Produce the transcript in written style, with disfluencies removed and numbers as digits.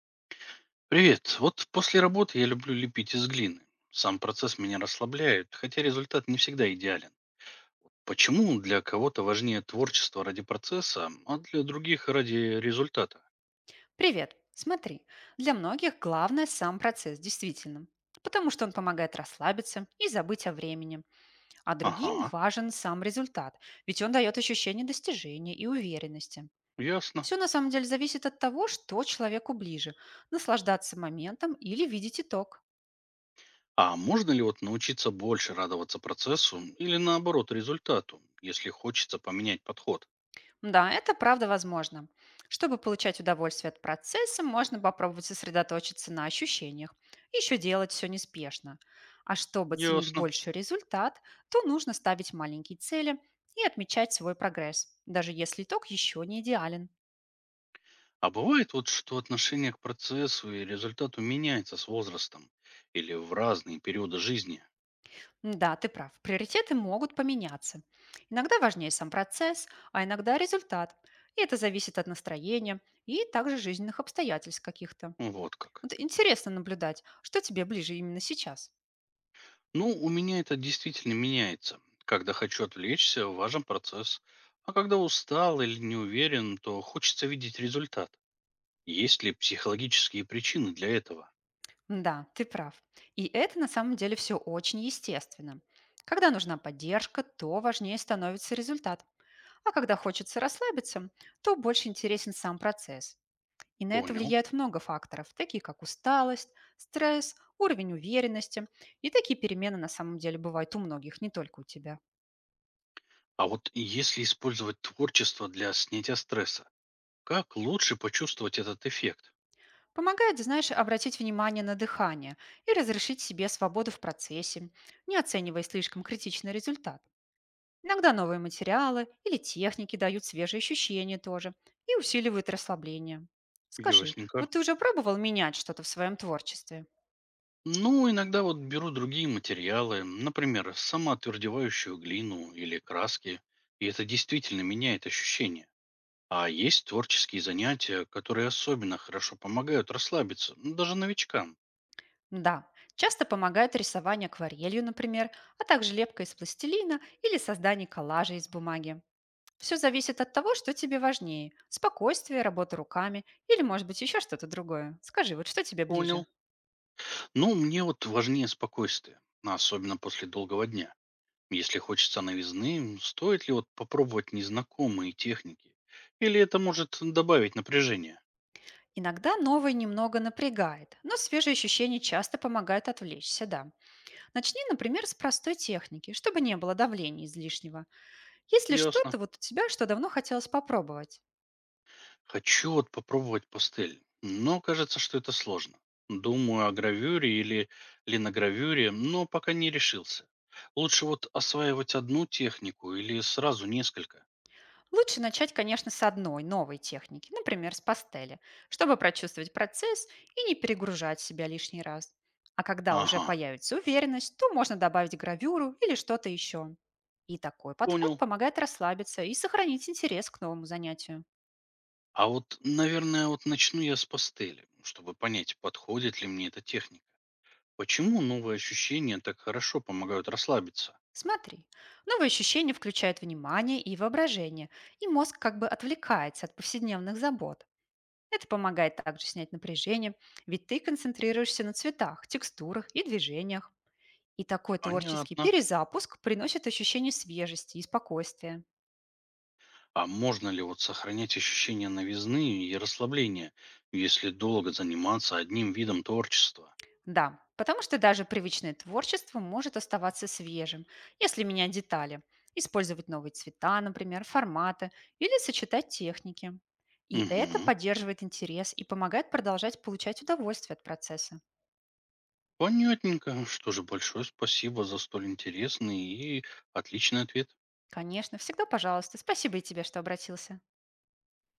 Привет. Вот после работы я люблю лепить из глины. Сам процесс меня расслабляет, хотя результат не всегда идеален. Почему для кого-то важнее творчество ради процесса, а для других ради результата? Привет! Смотри, для многих главное сам процесс, действительно, потому что он помогает расслабиться и забыть о времени, а другим Ага, важен сам результат, ведь он дает ощущение достижения и уверенности. ясно. Все на самом деле зависит от того, что человеку ближе– наслаждаться моментом или видеть итог. А можно ли вот научиться больше радоваться процессу или наоборот результату, если хочется поменять подход? Да, это правда возможно. Чтобы получать удовольствие от процесса, можно попробовать сосредоточиться на ощущениях. Еще делать все неспешно. А чтобы ценить Ясно. больший результат, то нужно ставить маленькие цели и отмечать свой прогресс, даже если итог еще не идеален. А бывает вот, что отношение к процессу и результату меняется с возрастом или в разные периоды жизни? Да, ты прав, приоритеты могут поменяться. Иногда важнее сам процесс, а иногда результат. И это зависит от настроения и также жизненных обстоятельств каких-то. Вот как. Вот интересно наблюдать, что тебе ближе именно сейчас. Ну, у меня это действительно меняется. Когда хочу отвлечься, важен процесс. А когда устал или не уверен, то хочется видеть результат. Есть ли психологические причины для этого? Да, ты прав. И это на самом деле все очень естественно. Когда нужна поддержка, то важнее становится результат. А когда хочется расслабиться, то больше интересен сам процесс. И на это Понял. влияет много факторов, такие как усталость, стресс, уровень уверенности. И такие перемены на самом деле бывают у многих, не только у тебя. А вот если использовать творчество для снятия стресса, как лучше почувствовать этот эффект? Помогает, знаешь, обратить внимание на дыхание и разрешить себе свободу в процессе, не оценивая слишком критичный результат. Иногда новые материалы или техники дают свежие ощущения тоже и усиливают расслабление. Скажи, Ясненько. вот ты уже пробовал менять что-то в своем творчестве? Ну, иногда вот беру другие материалы, например, самоотвердевающую глину или краски, и это действительно меняет ощущение. А есть творческие занятия, которые особенно хорошо помогают расслабиться, ну, даже новичкам. Да, часто помогает рисование акварелью, например, а также лепка из пластилина или создание коллажа из бумаги. Все зависит от того, что тебе важнее– спокойствие, работа руками или, может быть, еще что-то другое. Скажи, вот что тебе ближе? Понял. Ну, мне вот важнее спокойствие, а особенно после долгого дня. Если хочется новизны, стоит ли вот попробовать незнакомые техники? Или это может добавить напряжение? Иногда новое немного напрягает, но свежие ощущения часто помогают отвлечься, да. Начни, например, с простой техники, чтобы не было давления излишнего. Если Ясно. что-то вот у тебя, что давно хотелось попробовать. Хочу вот попробовать пастель, но кажется, что это сложно. Думаю о гравюре или линогравюре, но пока не решился. Лучше вот осваивать одну технику или сразу несколько? Лучше начать, конечно, с одной новой техники, например, с пастели, чтобы прочувствовать процесс и не перегружать себя лишний раз. А когда уже Ага, появится уверенность, то можно добавить гравюру или что-то еще. И такой подход понял. помогает расслабиться и сохранить интерес к новому занятию. А вот, наверное, вот начну я с пастели, чтобы понять, подходит ли мне эта техника. Почему новые ощущения так хорошо помогают расслабиться? Смотри, новые ощущения включают внимание и воображение, и мозг как бы отвлекается от повседневных забот. Это помогает также снять напряжение, ведь ты концентрируешься на цветах, текстурах и движениях. И такой творческий Понятно. перезапуск приносит ощущение свежести и спокойствия. А можно ли вот сохранять ощущение новизны и расслабления, если долго заниматься одним видом творчества? Да, потому что даже привычное творчество может оставаться свежим, если менять детали, использовать новые цвета, например, форматы или сочетать техники. И это Угу. поддерживает интерес и помогает продолжать получать удовольствие от процесса. Понятненько. Что же, большое спасибо за столь интересный и отличный ответ. Конечно, всегда пожалуйста. Спасибо и тебе, что обратился.